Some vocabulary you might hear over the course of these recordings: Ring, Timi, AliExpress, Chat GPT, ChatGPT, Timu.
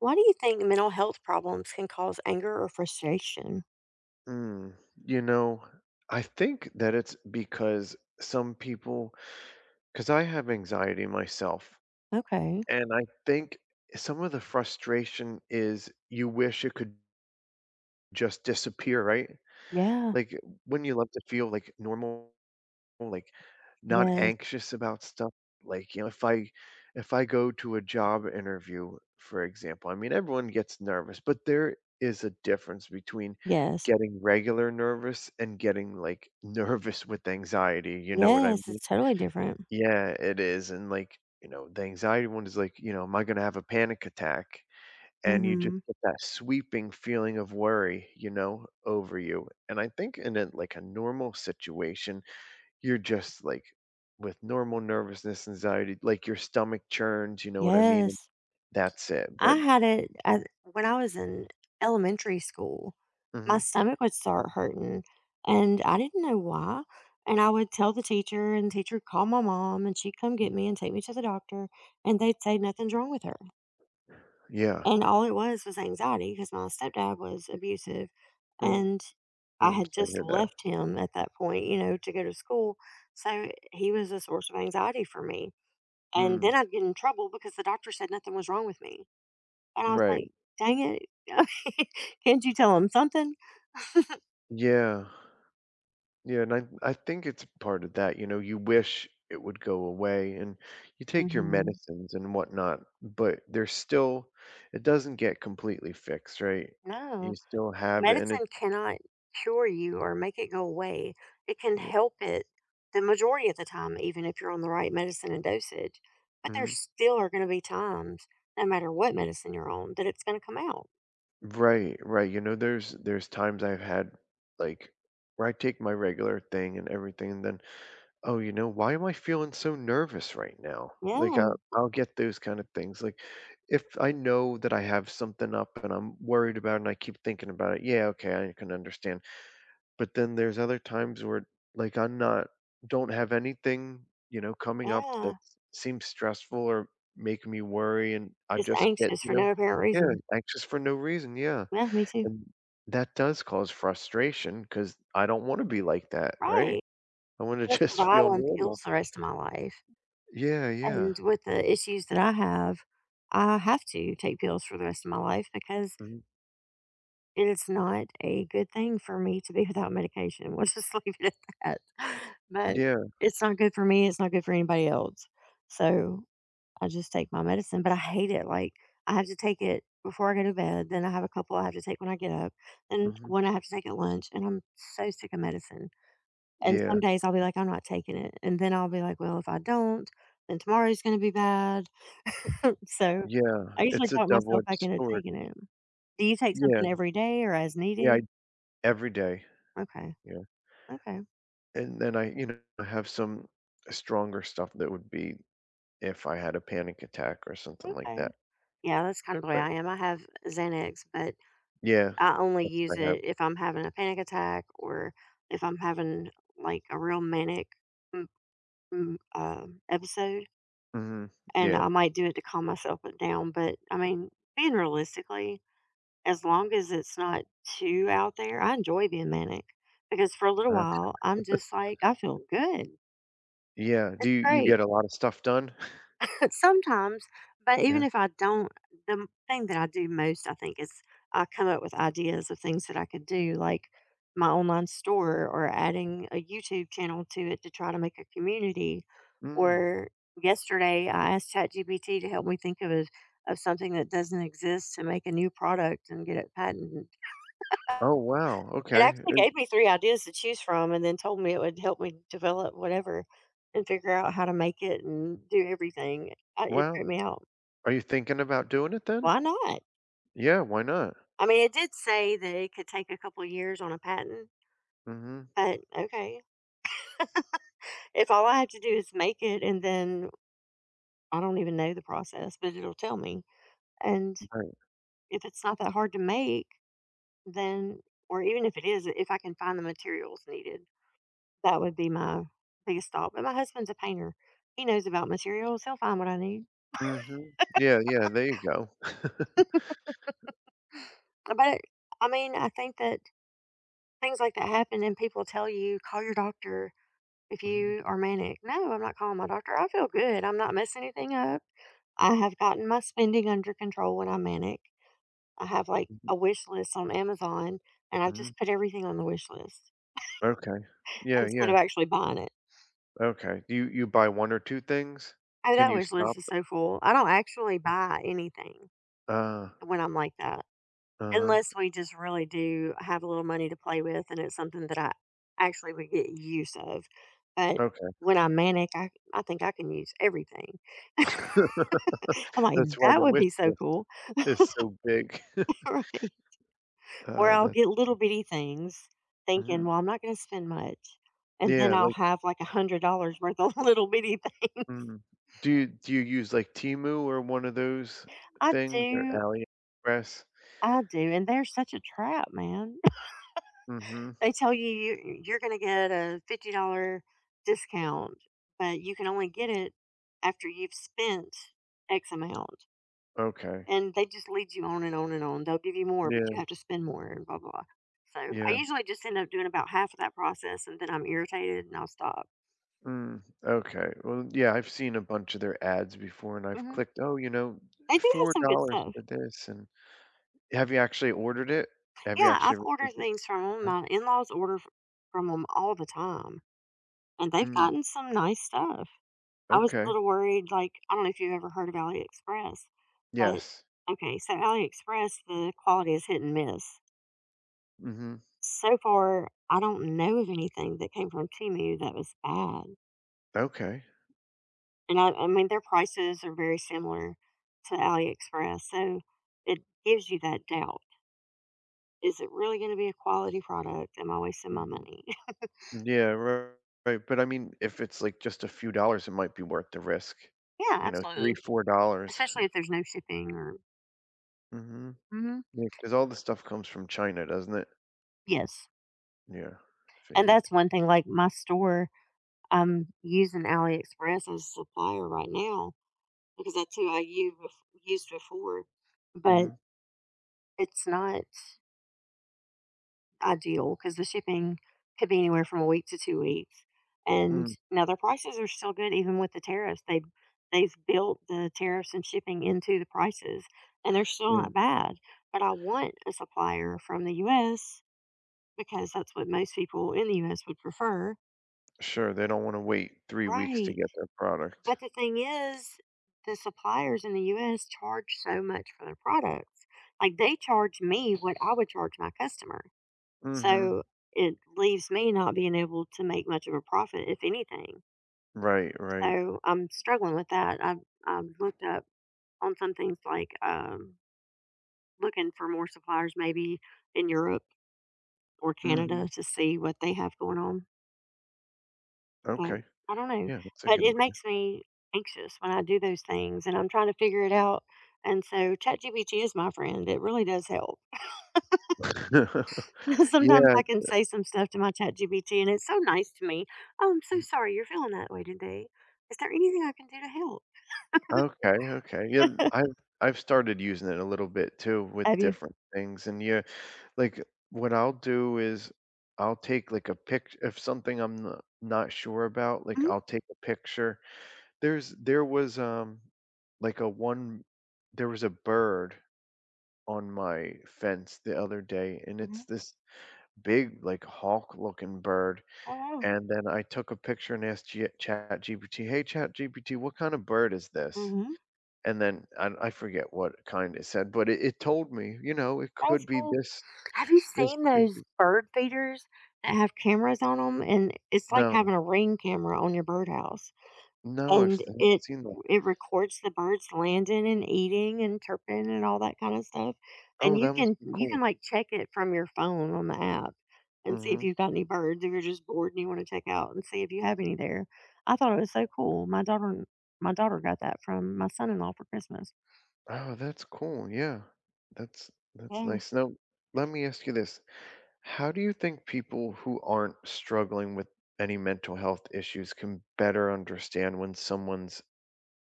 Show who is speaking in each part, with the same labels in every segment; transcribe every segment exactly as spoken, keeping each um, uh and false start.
Speaker 1: Why do you think mental health problems can cause anger or frustration?
Speaker 2: Mm, you know, I think that it's because some people, because I have anxiety myself,
Speaker 1: Okay.
Speaker 2: and I think some of the frustration is you wish it could just disappear, right?
Speaker 1: Yeah.
Speaker 2: Like when you love to feel like normal like, not
Speaker 1: Yes.
Speaker 2: anxious about stuff. Like, you know, if I if I go to a job interview, for example, I mean, everyone gets nervous, but there is a difference between
Speaker 1: Yes.
Speaker 2: getting regular nervous and getting like nervous with anxiety. You know what I
Speaker 1: Yes.
Speaker 2: mean?
Speaker 1: It's totally different.
Speaker 2: Yeah, it is. And like, you know, the anxiety one is like, you know, am I going to have a panic attack? And you just
Speaker 1: hmm
Speaker 2: get that sweeping feeling of worry, you know, over you. And I think in a, like a normal situation, you're just like with normal nervousness, anxiety, like your stomach churns, you know what I mean? And
Speaker 1: Yes.
Speaker 2: that's it.
Speaker 1: I
Speaker 2: But
Speaker 1: had it I, when I was in elementary school. My
Speaker 2: mhm.
Speaker 1: stomach would start hurting, and I didn't know why. And I would tell the teacher, and the teacher would call my mom, and she'd come get
Speaker 2: Mm.
Speaker 1: me and take me to the doctor, and they'd say nothing's wrong with her.
Speaker 2: Yeah.
Speaker 1: And all it was was anxiety because my stepdad was abusive.
Speaker 2: Mm,
Speaker 1: And I
Speaker 2: I'm
Speaker 1: had
Speaker 2: sorry to
Speaker 1: just
Speaker 2: hear that.
Speaker 1: left him at that point, you know, to go to school. So he was a source of anxiety for me. And
Speaker 2: Mm,
Speaker 1: then I'd get in trouble because the doctor said nothing was wrong with me. And I was
Speaker 2: right.
Speaker 1: like, dang it. Can't you tell him something?
Speaker 2: Yeah. Yeah, and I I think it's part of that, you know, you wish it would go away and you take your
Speaker 1: hmm
Speaker 2: medicines and whatnot, but there's still it doesn't get completely fixed, right? You
Speaker 1: No.
Speaker 2: still have it and it
Speaker 1: Medicine cannot cure you or make it go away. It can
Speaker 2: yeah.
Speaker 1: help it the majority of the time, even if you're on the right medicine and dosage. But there
Speaker 2: Mhm.
Speaker 1: still are going to be times, no matter what medicine you're on, that it's going to come out.
Speaker 2: Right, right. You know, there's there's times I've had like where I take my regular thing and everything, and then, oh, you know, why am I feeling so nervous right now? Like I,
Speaker 1: Yeah,
Speaker 2: I'll get those kind of things. Like if I know that I have something up and I'm worried about it and I keep thinking about it, yeah, okay, I can understand. But then there's other times where like I'm not don't have anything, you know, coming up
Speaker 1: yeah.
Speaker 2: that seems stressful or make me worry and I
Speaker 1: Just
Speaker 2: just get,
Speaker 1: anxious
Speaker 2: you
Speaker 1: for
Speaker 2: know,
Speaker 1: no apparent
Speaker 2: yeah,
Speaker 1: reason.
Speaker 2: anxious for no reason. Yeah.
Speaker 1: Yeah, me too.
Speaker 2: And that does cause frustration because I don't wanna be like that,
Speaker 1: Right.
Speaker 2: right? I wanna
Speaker 1: I'm going to
Speaker 2: just
Speaker 1: survive
Speaker 2: feel
Speaker 1: on
Speaker 2: normal.
Speaker 1: pills the rest of my life.
Speaker 2: Yeah, yeah.
Speaker 1: And with the issues that I have, I have to take pills for the rest of my life because
Speaker 2: Mhm.
Speaker 1: And it's not a good thing for me to be without medication. We'll just leave it at that. But
Speaker 2: Yeah.
Speaker 1: it's not good for me. It's not good for anybody else. So I just take my medicine, but I hate it. Like I have to take it before I go to bed. Then I have a couple I have to take when I get up, and
Speaker 2: Mhm.
Speaker 1: one I have to take at lunch. And I'm so sick of medicine. And some
Speaker 2: Yeah.
Speaker 1: days I'll be like, I'm not taking it. And then I'll be like, well, if I don't, then tomorrow's going to be bad. So I
Speaker 2: Yeah.
Speaker 1: usually
Speaker 2: It's a
Speaker 1: talk myself back
Speaker 2: double-edged
Speaker 1: into
Speaker 2: sword.
Speaker 1: taking it. Do you take
Speaker 2: Yeah.
Speaker 1: something every day or as
Speaker 2: Yeah, I
Speaker 1: needed?
Speaker 2: every day.
Speaker 1: Okay,
Speaker 2: Yeah.
Speaker 1: okay,
Speaker 2: And then I, you know, I have some stronger stuff that would be if I had a panic attack or something like
Speaker 1: okay.
Speaker 2: that.
Speaker 1: Yeah, that's kind of the way
Speaker 2: But
Speaker 1: I am. I have Xanax, but
Speaker 2: yeah,
Speaker 1: I only
Speaker 2: that's
Speaker 1: use
Speaker 2: what I have.
Speaker 1: it if I'm having a panic attack or if I'm having like a real manic mm, mm, um episode.
Speaker 2: Mhm.
Speaker 1: And I
Speaker 2: Yeah.
Speaker 1: might do it to calm myself down. But I mean, being realistically, as long as it's not too out there, I enjoy being manic because for a little
Speaker 2: Uh,
Speaker 1: while, I'm just like, I feel good.
Speaker 2: yeah. Do
Speaker 1: It's
Speaker 2: you you
Speaker 1: great.
Speaker 2: get a lot of stuff done?
Speaker 1: But sometimes, but even
Speaker 2: Yeah.
Speaker 1: if I don't, the m- thing that I do most, I think, is I come up with ideas of things that I could do, like my online store or adding a YouTube channel to it to try to make a community.
Speaker 2: Mm.
Speaker 1: Or yesterday, I asked ChatGPT to help me think of a, of something that doesn't exist to make a new product and get it patented.
Speaker 2: Oh, wow.
Speaker 1: It
Speaker 2: Okay.
Speaker 1: actually
Speaker 2: Uh,
Speaker 1: gave me three ideas to choose from, and then told me it would help me develop whatever and figure out how to make it and do everything. I, it
Speaker 2: wow.
Speaker 1: tripped me out.
Speaker 2: Are you thinking about doing it then?
Speaker 1: Why not?
Speaker 2: Yeah, why not?
Speaker 1: I mean, it did say that it could take a couple of years on a patent,
Speaker 2: Mhm,
Speaker 1: but okay. If all I have to do is make it and then I don't even know the process, but it'll tell me. And
Speaker 2: right,
Speaker 1: if it's not that hard to make, then, or even if it is, if I can find the materials needed, that would be my biggest thought. But my husband's a painter, he knows about materials, he'll find what I need.
Speaker 2: mhm. Yeah, yeah, there you go.
Speaker 1: But I mean, I think that things like that happen and people tell you, call your doctor. If
Speaker 2: Mhm,
Speaker 1: you are manic, no, I'm not calling my doctor. I feel good. I'm not messing anything up. I have gotten my spending under control when I'm manic. I have like
Speaker 2: mhm,
Speaker 1: a wish list on Amazon and I've
Speaker 2: mhm.
Speaker 1: just put everything on the wish list
Speaker 2: Okay. Yeah,
Speaker 1: instead
Speaker 2: yeah,
Speaker 1: of actually buying it.
Speaker 2: okay. You you buy one or two things?
Speaker 1: Oh,
Speaker 2: Can
Speaker 1: that
Speaker 2: you
Speaker 1: wish list
Speaker 2: stop?
Speaker 1: is so full. I don't actually buy anything
Speaker 2: Uh,
Speaker 1: when I'm like that,
Speaker 2: uh-huh,
Speaker 1: unless we just really do have a little money to play with and it's something that I actually would get use of. But
Speaker 2: okay.
Speaker 1: when I'm manic, I, I think I can use everything. I'm like,
Speaker 2: That's why
Speaker 1: that
Speaker 2: the
Speaker 1: would
Speaker 2: wish
Speaker 1: be so
Speaker 2: list
Speaker 1: cool.
Speaker 2: is so big.
Speaker 1: Right. Where
Speaker 2: Uh,
Speaker 1: I'll
Speaker 2: that
Speaker 1: get little bitty things thinking,
Speaker 2: mhm.
Speaker 1: well, I'm not going to spend much. And then
Speaker 2: Yeah,
Speaker 1: I'll
Speaker 2: like
Speaker 1: have like a hundred dollars worth of little bitty thing.
Speaker 2: mm. Do you do you use, like, Timu or one of those
Speaker 1: I
Speaker 2: things or
Speaker 1: do.
Speaker 2: AliExpress?
Speaker 1: I do. And they're such a trap, man.
Speaker 2: Mhm,
Speaker 1: They tell you you- you're going to get a fifty dollars discount, but you can only get it after you've spent X amount.
Speaker 2: okay.
Speaker 1: And they just lead you on and on and on. They'll give you more, but you
Speaker 2: Yeah,
Speaker 1: have to spend more and blah, blah, blah. So I
Speaker 2: yeah.
Speaker 1: usually just end up doing about half of that process and then I'm irritated and I'll stop.
Speaker 2: Mm, okay. Well, yeah, I've seen a bunch of their ads before and I've
Speaker 1: Mhm.
Speaker 2: clicked, oh, you know,
Speaker 1: They do have some good
Speaker 2: four dollars
Speaker 1: stuff.
Speaker 2: for this. And have you actually ordered it? Have you
Speaker 1: Yeah,
Speaker 2: actually
Speaker 1: I've ordered
Speaker 2: received it?
Speaker 1: things from them.
Speaker 2: Huh?
Speaker 1: My in-laws order f from them all the time, and they've
Speaker 2: Mm,
Speaker 1: gotten some nice stuff. I was a
Speaker 2: okay.
Speaker 1: little worried, like, I don't know if you've ever heard of AliExpress, but
Speaker 2: Yes.
Speaker 1: okay, so AliExpress, the quality is hit and miss.
Speaker 2: Hmm.
Speaker 1: So far, I don't know of anything that came from Timu that was bad,
Speaker 2: Okay.
Speaker 1: and I I mean, their prices are very similar to AliExpress, so it gives you that doubt. Is it really gonna be a quality product? Am I wasting my
Speaker 2: Hmm.
Speaker 1: money?
Speaker 2: Yeah, right, right. But I mean, if it's like just a few dollars, it might be worth the risk.
Speaker 1: Yeah,
Speaker 2: You know, three,
Speaker 1: absolutely.
Speaker 2: four dollars.
Speaker 1: Especially if there's no shipping or
Speaker 2: Mm-hmm.
Speaker 1: hmm
Speaker 2: Yeah, because all the stuff comes from China, doesn't it?
Speaker 1: yes.
Speaker 2: Yeah,
Speaker 1: And
Speaker 2: figured.
Speaker 1: that's one thing like my store, I'm using AliExpress as a supplier right now because that's who I u- bef- used before. But
Speaker 2: Mm-hmm.
Speaker 1: it's not ideal because the shipping could be anywhere from a week to two weeks. And
Speaker 2: Mm,
Speaker 1: now their prices are still good even with the tariffs. They they've built the tariffs and shipping into the prices and they're still not bad. But I want a supplier from the U S because that's what most people in the U S would prefer.
Speaker 2: sure, they don't wanna wait three weeks to
Speaker 1: Right.
Speaker 2: get their product.
Speaker 1: But the thing is, the suppliers in the U S charge so much for their products. Like they charge me what I would charge my customer.
Speaker 2: Mhm.
Speaker 1: So it leaves me not being able to make much of a profit, if anything.
Speaker 2: Right, right.
Speaker 1: So I'm struggling with that. I've, I've looked up on some things like um, looking for more suppliers maybe in Europe or Canada
Speaker 2: Mhm.
Speaker 1: to see what they have going on. But
Speaker 2: Okay.
Speaker 1: I don't know,
Speaker 2: Yeah, that's a
Speaker 1: but
Speaker 2: good
Speaker 1: it
Speaker 2: idea.
Speaker 1: makes me anxious when I do those things, and I'm trying to figure it out, and so ChatGPT is my friend, it really does help. Sometimes
Speaker 2: Yeah.
Speaker 1: I can say some stuff to my ChatGPT, and it's so nice to me, "Oh, I'm so
Speaker 2: Mm,
Speaker 1: sorry you're feeling that way today. Is there anything I can do to help?"
Speaker 2: okay, okay. Yeah, I've I've started using it a little bit too with
Speaker 1: Have you
Speaker 2: different things, and yeah, like, what I'll do is I'll take, like, a pic if something I'm no not sure about, like,
Speaker 1: Mhm,
Speaker 2: I'll take a picture. There's there was, um, like, a one there was a bird on my fence the other day, and it's
Speaker 1: mhm.
Speaker 2: this big, like, hawk-looking bird,
Speaker 1: Oh, wow.
Speaker 2: and then I took a picture and asked G GPT, "Hey, Chat G P T, what kind of bird is this?"
Speaker 1: Mhm.
Speaker 2: And then I I forget what kind it said, but it it told me, you know, it could
Speaker 1: That's
Speaker 2: be
Speaker 1: cool.
Speaker 2: this
Speaker 1: Have you
Speaker 2: this
Speaker 1: seen those
Speaker 2: species.
Speaker 1: bird feeders that have cameras on them? And it's like having
Speaker 2: No.
Speaker 1: a Ring camera on your birdhouse.
Speaker 2: No, I've
Speaker 1: And
Speaker 2: s haven't
Speaker 1: it
Speaker 2: seen that.
Speaker 1: it records the birds landing and eating and chirping and all that kinda stuff, and
Speaker 2: Oh,
Speaker 1: you
Speaker 2: that
Speaker 1: can
Speaker 2: must be
Speaker 1: you can,
Speaker 2: cool.
Speaker 1: like, check it from your phone on the app and see if
Speaker 2: Mhm.
Speaker 1: you've got any birds if you're just bored and you wanna check out and see if you have any there. I thought it was so cool. My daughter my daughter got that from my son-in-law for Christmas.
Speaker 2: Oh, that's cool, yeah. That's that's
Speaker 1: Yeah,
Speaker 2: nice. Now, let me ask you this, how do you think people who aren't struggling with any mental health issues can better understand when someone's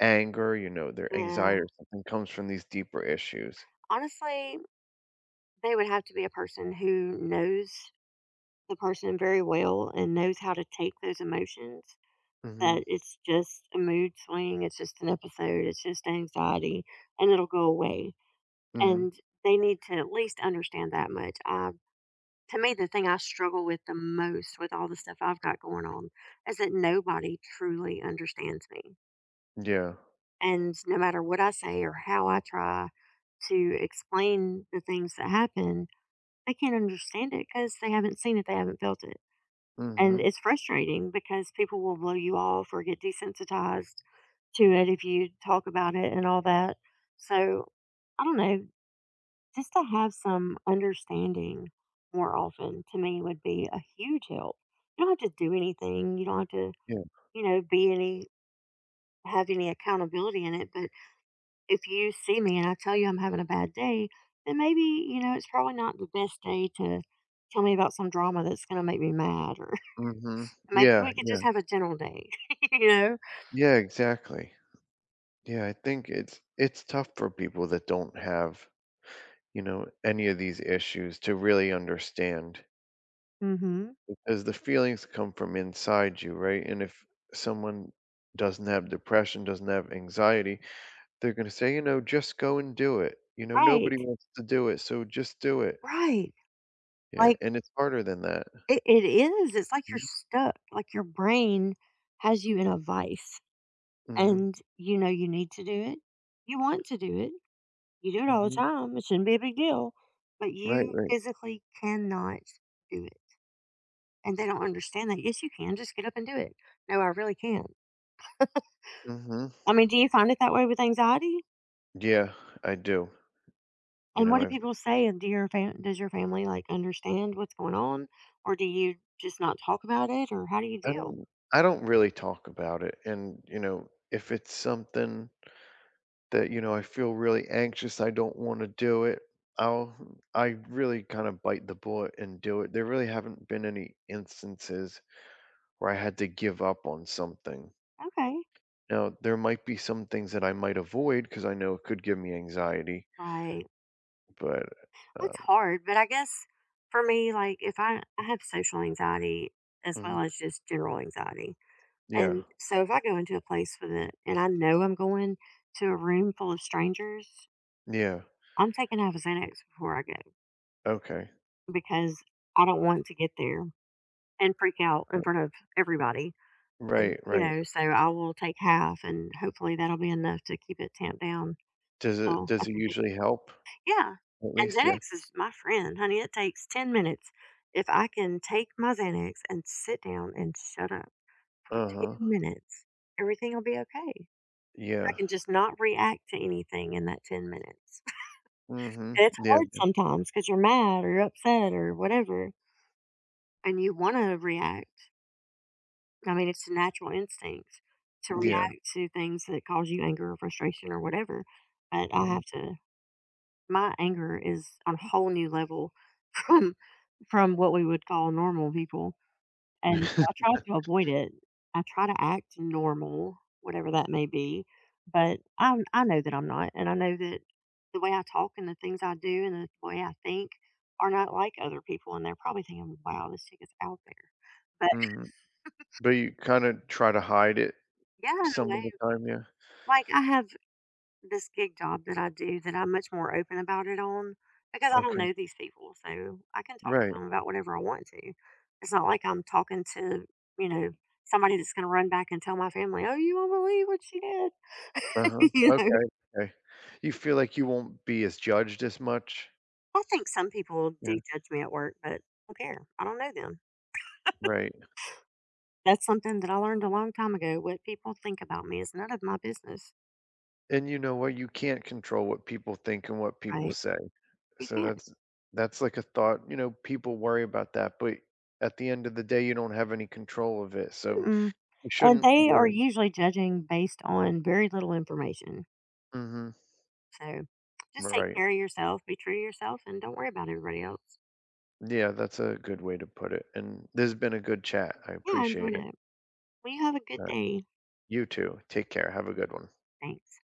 Speaker 2: anger, you know, their
Speaker 1: yeah.
Speaker 2: anxiety or something comes from these deeper issues.
Speaker 1: Honestly, they would have to be a person who knows the person very well and knows how to take those emotions
Speaker 2: Mhm.
Speaker 1: that it's just a mood swing, it's just an episode, it's just anxiety, and it'll go away.
Speaker 2: Mhm.
Speaker 1: And they need to at least understand that much. Uh, to me, the thing I struggle with the most with all the stuff I've got going on is that nobody truly understands me.
Speaker 2: Yeah.
Speaker 1: And no matter what I say or how I try to explain the things that happen, they can't understand it because they haven't seen it, they haven't felt it. And
Speaker 2: Mhm.
Speaker 1: it's frustrating because people will blow you off or get desensitized to it if you talk about it and all that. So I don't know, just to have some understanding more often to me would be a huge help. You don't have to do anything. You don't have to,
Speaker 2: Yeah.
Speaker 1: you know, be any have any accountability in it. But if you see me and I tell you I'm having a bad day, then maybe, you know, it's probably not the best day to tell me about some drama that's gonna make me mad or
Speaker 2: Mhm.
Speaker 1: Maybe
Speaker 2: Yeah,
Speaker 1: we could
Speaker 2: yeah.
Speaker 1: just have a gentle day, you know?
Speaker 2: Yeah, exactly. Yeah, I think it's it's tough for people that don't have, you know, any of these issues to really understand
Speaker 1: Mhm.
Speaker 2: because the feelings come from inside you, right? And if someone doesn't have depression, doesn't have anxiety, they're gonna say, you know, "Just go and do it." You know,
Speaker 1: Right,
Speaker 2: "Nobody wants to do it, so just do it."
Speaker 1: right.
Speaker 2: Yeah,
Speaker 1: Like,
Speaker 2: and it's harder than that.
Speaker 1: it it is, it's like you're
Speaker 2: Mm,
Speaker 1: stuck, like, your brain has you in a vice,
Speaker 2: mhm,
Speaker 1: and you know you need to do it, you want to do it, you do it all the
Speaker 2: mhm.
Speaker 1: time, it shouldn't be a big deal, but
Speaker 2: Right,
Speaker 1: you
Speaker 2: right.
Speaker 1: physically cannot do it, and they don't understand that. Yes, you can, just get up and do it. No, I really can't.
Speaker 2: Mhm.
Speaker 1: I mean, do you find it that way with anxiety?
Speaker 2: Yeah, I do. You
Speaker 1: And what
Speaker 2: know,
Speaker 1: do
Speaker 2: I've
Speaker 1: people say? And do your fam- does your family like understand what's going on, or do you just not talk about it, or how do you
Speaker 2: I
Speaker 1: deal?
Speaker 2: don't I don't really talk about it, and, you know, if it's something that, you know, I feel really anxious, I don't wanna do it, I'll I really kinda bite the bullet and do it. There really haven't been any instances where I had to give up on something.
Speaker 1: Okay,
Speaker 2: Now, there might be some things that I might avoid because I know it could give me anxiety,
Speaker 1: right.
Speaker 2: but,
Speaker 1: Well,
Speaker 2: um.
Speaker 1: it's hard, but I guess for me, like if I I have social anxiety as well
Speaker 2: Mhm.
Speaker 1: as just general anxiety,
Speaker 2: Yeah.
Speaker 1: and so if I go into a place with it, and I know I'm going to a room full of strangers,
Speaker 2: Yeah.
Speaker 1: I'm taking half a Xanax before I go
Speaker 2: Okay.
Speaker 1: because I don't want to get there and freak out in front of everybody. And,
Speaker 2: Right,
Speaker 1: you
Speaker 2: right.
Speaker 1: know, so I will take half and hopefully that'll be enough to keep it tamped down.
Speaker 2: Does it
Speaker 1: So I
Speaker 2: does it
Speaker 1: can get.
Speaker 2: usually help?
Speaker 1: Yeah.
Speaker 2: At
Speaker 1: And
Speaker 2: least, yeah.
Speaker 1: Xanax is my friend, honey. It takes ten minutes. If I can take my Xanax and sit down and shut up for
Speaker 2: Uh-huh.
Speaker 1: ten minutes, everything will be okay. If I
Speaker 2: Yeah.
Speaker 1: can just not react to anything in that ten minutes.
Speaker 2: Mhm.
Speaker 1: And it's
Speaker 2: Yeah,
Speaker 1: hard sometimes because you're mad or you're upset or whatever, and you want to react. I mean, it's a natural instinct to Mhm.
Speaker 2: yeah.
Speaker 1: react to things that cause you anger or frustration or whatever. But I
Speaker 2: Mhm,
Speaker 1: have to my anger is on a whole new level from from what we would call normal people. And I try to avoid it. I try to act normal, whatever that may be. But I I know that I'm not and I know that the way I talk and the things I do and the way I think are not like other people and they're probably thinking, wow, this chick is out there. But
Speaker 2: mhm. But you kinda try to hide it
Speaker 1: yeah, in a
Speaker 2: some
Speaker 1: way,
Speaker 2: of the time, yeah?
Speaker 1: like I have this gig job that I do that I'm much more open about it on, because I don't
Speaker 2: Okay.
Speaker 1: know these people, so I can talk
Speaker 2: Right.
Speaker 1: to them about whatever I want to. It's not like I'm talking to, you know, somebody that's going to run back and tell my family, "Oh, you won't believe what she did."
Speaker 2: Uh-huh.
Speaker 1: You know,
Speaker 2: Okay, okay. You feel like you won't be as judged as much?
Speaker 1: I think some people
Speaker 2: Yeah.
Speaker 1: do judge me at work, but I don't care. I don't know them.
Speaker 2: Right.
Speaker 1: That's something that I learned a long time ago. What people think about me is none of my business.
Speaker 2: And you know what? You can't control what people think and what people
Speaker 1: Right?
Speaker 2: say.
Speaker 1: You
Speaker 2: So
Speaker 1: can't.
Speaker 2: that's that's like a thought, you know, people worry about that, but at the end of the day, you don't have any control of it, so
Speaker 1: Mm-mm.
Speaker 2: you
Speaker 1: And
Speaker 2: shouldn't
Speaker 1: they are
Speaker 2: worry.
Speaker 1: usually judging based on very little information.
Speaker 2: Mhm.
Speaker 1: So, just take
Speaker 2: Right.
Speaker 1: care of yourself, be true to yourself, and don't worry about everybody else.
Speaker 2: Yeah, that's a good way to put it, and this has been a good chat. I
Speaker 1: Yeah, I enjoyed
Speaker 2: appreciate it.
Speaker 1: it. Well, you have a good
Speaker 2: Uh,
Speaker 1: day.
Speaker 2: you too. Take care. Have a good one.
Speaker 1: Thanks.